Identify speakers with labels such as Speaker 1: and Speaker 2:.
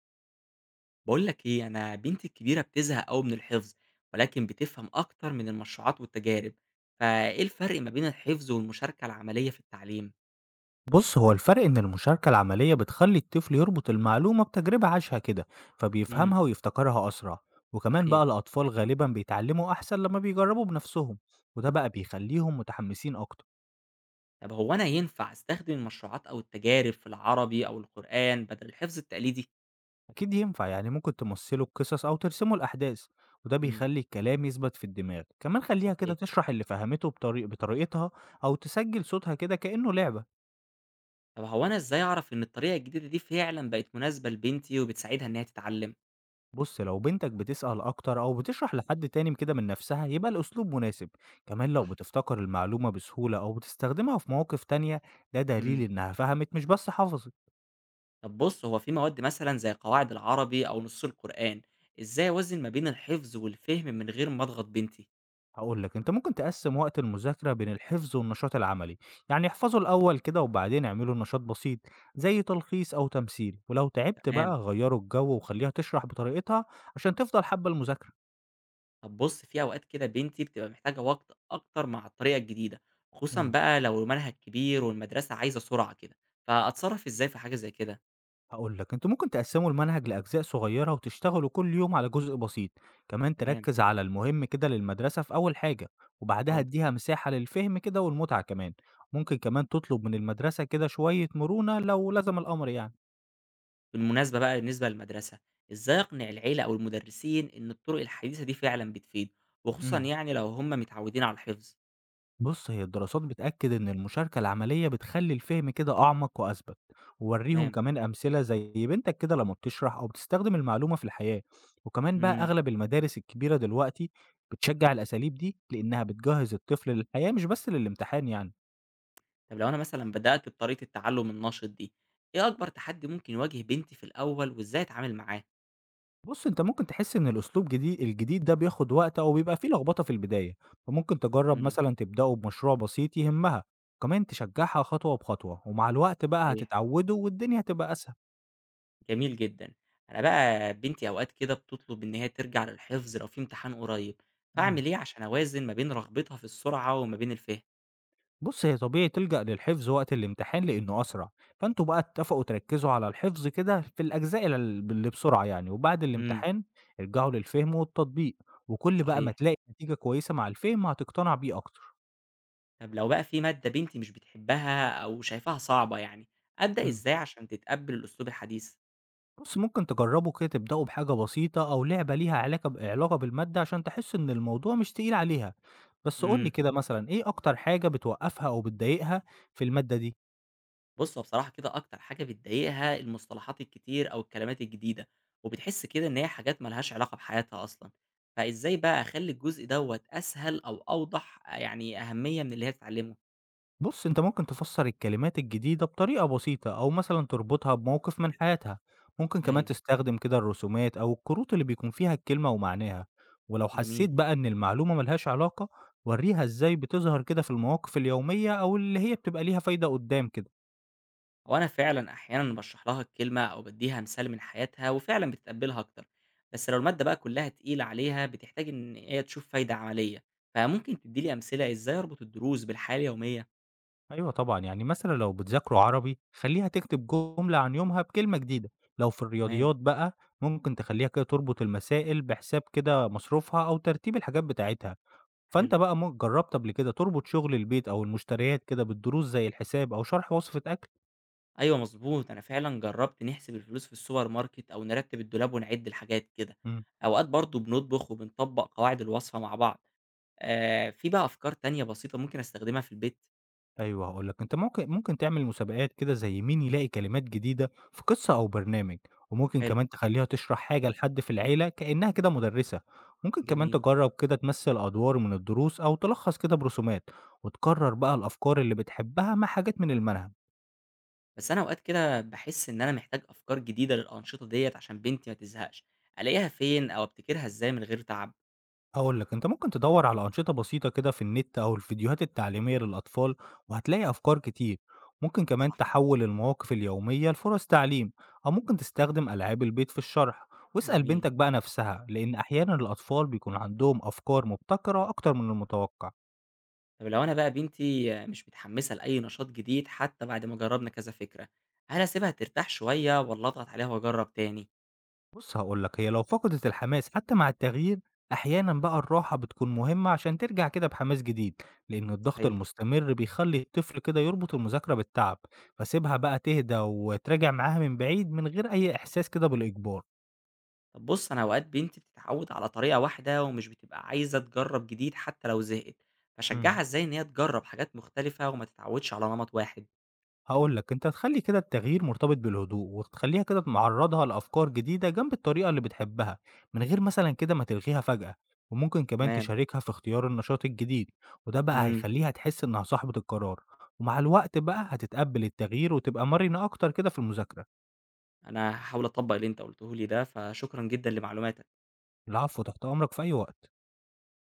Speaker 1: بقول لك ايه، انا بنتي الكبيره بتزهق قوي من الحفظ، ولكن بتفهم اكتر من المشروعات والتجارب. فايه الفرق ما بين الحفظ والمشاركه العمليه في التعليم؟
Speaker 2: بص هو الفرق إن المشاركة العملية بتخلي الطفل يربط المعلومة بتجربة عاشها كده
Speaker 1: امم.
Speaker 2: فبيفهمها ويفتكرها أسرع وكمان بقى
Speaker 1: صحيح.
Speaker 2: الأطفال غالبا بيتعلموا أحسن لما بيجربوا بنفسهم وده بقى بيخليهم متحمسين أكتر
Speaker 1: طب هو انا ينفع استخدم المشروعات او التجارب في العربي او القران بدل الحفظ التقليدي؟
Speaker 2: أكيد ينفع يعني ممكن تمثلوا القصص أو ترسموا الأحداث وده
Speaker 1: امم.
Speaker 2: بيخلي الكلام يثبت في الدماغ كمان خليها كده
Speaker 1: صحيح.
Speaker 2: تشرح اللي فهمته بطريقتها أو تسجل صوتها كده كأنه لعبة
Speaker 1: طب هو انا ازاي اعرف ان الطريقه الجديده دي فعلا بقت مناسبه لبنتي وبتساعدها انها تتعلم؟
Speaker 2: بُص، لو بنتك بتسأل أكتر أو بتشرح لحد تاني كده من نفسها، يبقى الأسلوب مناسب. كمان لو
Speaker 1: صح.
Speaker 2: بتفتكر المعلومة بسهولة أو بتستخدمها في مواقف تانية، ده دليل
Speaker 1: امم.
Speaker 2: إنها فهمت مش بس حفظت.
Speaker 1: طب بص، هو في مواد مثلا زي قواعد العربي او نصوص القران، ازاي اوزن ما بين الحفظ والفهم من غير ما اضغط بنتي؟
Speaker 2: هاقول لك، أنت ممكن تقسم وقت المذاكرة بين الحفظ والنشاط العملي، يعني احفظوا الأول كده وبعدين اعملوا نشاط بسيط زي تلخيص أو تمثيل، ولو تعبت
Speaker 1: تمام.
Speaker 2: بقى غيروا الجو وخليها تشرح بطريقتها عشان تفضل حابة المذاكرة.
Speaker 1: طب بُص، في أوقات كده بنتي بتبقى محتاجة وقت أكتر مع الطريقة الجديدة، خصوصًا
Speaker 2: إمم.
Speaker 1: بقى لو المنهج كبير والمدرسة عايزة سرعة كده، فأتصرّف إزاي في حاجة زي كده؟
Speaker 2: هاقول لك، أنتم ممكن تقسّموا المنهج لأجزاء صغيّرة وتشتغلوا كل يوم على جزء بسيط، كمان
Speaker 1: تمام،
Speaker 2: تركّز على المهم كده للمدرسة في أول حاجة، وبعدها
Speaker 1: حاضر.
Speaker 2: ادّيها مساحة للفهم كده والمتعة كمان، ممكن كمان تطلب من المدرسة كده شوية مرونة لو لزم الأمر يعني.
Speaker 1: بالمناسبة بقى، بالنسبة للمدرسة، إزاي أقنع العيلة أو المدرسين إن الطرق الحديثة دي فعلًا بتفيد، وخصوصًا
Speaker 2: إمم.
Speaker 1: يعني لو هم متعودين على الحفظ؟
Speaker 2: بُص، هي الدراسات بتأكد إن المشاركة العملية بتخلّي الفهم كده أعمق وأثبت، وورّيهم
Speaker 1: تمام،
Speaker 2: كمان أمثلة زي بنتك كده لمّا بتشرح أو بتستخدم المعلومة في الحياة، وكمان بقى
Speaker 1: إمم.
Speaker 2: أغلب المدارس الكبيرة دلوقتي بتشجّع الأساليب دي لإنها بتجهّز الطفل للحياة مش بس للامتحان يعني.
Speaker 1: طب لو أنا مثلًا بدأت بطريقة التعلم النشط دي، إيه أكبر تحدي ممكن يواجه بنتي في الأول وإزاي أتعامل معاه؟
Speaker 2: بُص، أنت ممكن تحس إن الأسلوب الجديد ده بياخد وقت أو بيبقى فيه لخبطة في البداية، فممكن تجرّب
Speaker 1: إمم،
Speaker 2: مثلًا تبدأوا بمشروع بسيط يهمها، وكمان تشجّعها خطوة بخطوة، ومع الوقت بقى
Speaker 1: صحيح.
Speaker 2: هتتعودوا والدنيا هتبقى أسهل.
Speaker 1: جميل جدًا. أنا بقى بنتي أوقات كده بتطلب إن هي ترجع للحفظ لو في امتحان قريب،
Speaker 2: إمم.
Speaker 1: فأعمل إيه عشان أوازن ما بين رغبتها في السرعة وما بين الفهم؟
Speaker 2: بُص، هي طبيعي تلجأ للحفظ وقت الامتحان لإنه أسرع، فأنتم بقى اتفقوا تركّزوا على الحفظ كده في الأجزاء اللي بسرعة يعني، وبعد
Speaker 1: امم،
Speaker 2: الامتحان ارجعوا للفهم والتطبيق، وكل بقى ما
Speaker 1: صحيح.
Speaker 2: تلاقي نتيجة كويسة مع الفهم هتقتنع بيه أكتر.
Speaker 1: طب لو بقى في مادة بنتي مش بتحبها أو شايفاها صعبة يعني، أبدأ
Speaker 2: إمم،
Speaker 1: إزاي عشان تتقبل الأسلوب الحديث؟
Speaker 2: بُص ممكن تجرّبوا كده تبدأوا بحاجة بسيطة أو لعبة ليها علاقة علاقة بالمادة عشان تحس إن الموضوع مش تقيل عليها، بس قُل لي
Speaker 1: امم.
Speaker 2: كده مثلًا إيه أكتر حاجة بتوقّفها أو بتضايقها في المادة دي؟
Speaker 1: بُص، هو بصراحة كده أكتر حاجة بتضايقها المصطلحات الكتير أو الكلمات الجديدة، وبتحس كده إن هي حاجات ما لهاش علاقة بحياتها أصلًا، فإزاي بقى أخلّي الجزء دوّة أسهل أو أوضح يعني أهمية من اللي هي بتتعلمه؟
Speaker 2: بُص، أنت ممكن تفسّر الكلمات الجديدة بطريقة بسيطة أو مثلًا تربطها بموقف من حياتها، ممكن كمان
Speaker 1: أيوه.
Speaker 2: تستخدم كده الرسومات أو الكروت اللي بيكون فيها الكلمة ومعناها، ولو
Speaker 1: جميل.
Speaker 2: حسّيت بقى إن المعلومة ما لهاش علاقة، ورّيها إزاي بتظهر كده في المواقف اليومية أو اللي هي بتبقى ليها فايدة قدّام كده.
Speaker 1: وأنا فعلًا أحيانًا باشرح لها الكلمة أو بادّيها مثال من حياتها وفعلًا بتتقبّلها أكتر، بس لو المادة بقى كلّها تقيلة عليها بتحتاج إن هي تشوف فايدة عملية، فممكن تدّي لي أمثلة إزاي أربط الدروس بالحياة اليومية؟
Speaker 2: أيوه طبعًا، يعني مثلًا لو بتذاكروا عربي، خلّيها تكتب جملة عن يومها بكلمة جديدة، لو في
Speaker 1: تمام،
Speaker 2: الرياضيات بقى ممكن تخلّيها كده تربط المسائل بحساب كده مصروفها أو ترتيب الحاجات بتاعتها. فأنت
Speaker 1: حلو.
Speaker 2: بقى جرّبت قبل كده تربط شغل البيت أو المشتريات كده بالدروس زي الحساب أو شرح وصفة أكل؟
Speaker 1: أيوه مضبوط، أنا فعلًا جرّبت نحسب الفلوس في السوبر ماركت أو نرتّب الدولاب ونعِد الحاجات كده.
Speaker 2: إمم.
Speaker 1: أوقات برضه بنطبخ وبنطبّق قواعد الوصفة مع بعض. في بقى أفكار تانية بسيطة ممكن أستخدمها في البيت؟
Speaker 2: أيوه هاقول لك، أنت ممكن تعمل مسابقات كده زي مين يلاقي كلمات جديدة في قصة أو برنامج، وممكن
Speaker 1: حلو،
Speaker 2: كمان تخلّيها تشرح حاجة لحد في العيلة كإنها كده مُدرِّسة، ممكن كمان
Speaker 1: جميل.
Speaker 2: تجرّب كده تمثّل أدوار من الدروس أو تلخّص كده برسومات، وتكرّر بقى الأفكار اللي بتحبها مع حاجات من المنهج.
Speaker 1: بس أنا أوقات كده باحس إن أنا محتاج أفكار جديدة للأنشطة ديّة عشان بنتي ما تزهقش، ألاقيها فين أو أبتكرها إزاي من غير تعب؟
Speaker 2: هاقول لك، أنت ممكن تدوّر على أنشطة بسيطة كده في النت أو الفيديوهات التعليمية للأطفال، وهتلاقي أفكار كتير. ممكن كمان
Speaker 1: صح.
Speaker 2: تحوّل المواقف اليومية لفرص تعليم، أو ممكن تستخدم ألعاب البيت في الشرح، واسأل
Speaker 1: جميل.
Speaker 2: بنتك بقى نفسها، لإن أحيانًا الأطفال بيكون عندهم أفكار مبتكرة أكتر من المتوقع.
Speaker 1: طب لو أنا بقى بنتي مش متحمسة لأي نشاط جديد حتى بعد ما جربنا كذا فكرة، هل أسيبها ترتاح شوية والّا أضغط عليها وأجرب تاني؟
Speaker 2: بُص هاقول لك، هي لو فقدت الحماس حتى مع التغيير، أحيانًا بقى الراحة بتكون مهمة عشان ترجع كده بحماس جديد، لأن الضغط
Speaker 1: صحيح.
Speaker 2: المستمر بيخلّي الطفل كده يربط المذاكرة بالتعب، فسيبها بقى تهدى وتراجع معاها من بعيد من غير أي إحساس كده بالإجبار.
Speaker 1: طب بُص، أنا أوقات بنتي بتتعود على طريقة واحدة ومش بتبقى عايزة تجرب جديد حتى لو زهقت،
Speaker 2: إمم.
Speaker 1: فاشجعها إزاي إن هي تجرب حاجات مختلفة وما تتعودش على نمط واحد؟
Speaker 2: هاقول لك، أنت تخلّي كده التغيير مرتبط بالهدوء، وتخلّيها كده معرّضها لأفكار جديدة جنب الطريقة اللي بتحبها، من غير مثلًا كده ما تلغيها فجأة، وممكن كمان
Speaker 1: تمام.
Speaker 2: تشاركها في اختيار النشاط الجديد، وده بقى
Speaker 1: إمم.
Speaker 2: هيخلّيها تحس إنها صاحبة القرار، ومع الوقت بقى هتتقبّل التغيير وتبقى مرنة أكتر كده في المذاكرة.
Speaker 1: أنا هاحاول أطبّق اللي أنت قُلته لي ده، فشكرًا جدًا لمعلوماتك.
Speaker 2: العفو، تحت أمرك في أي وقت.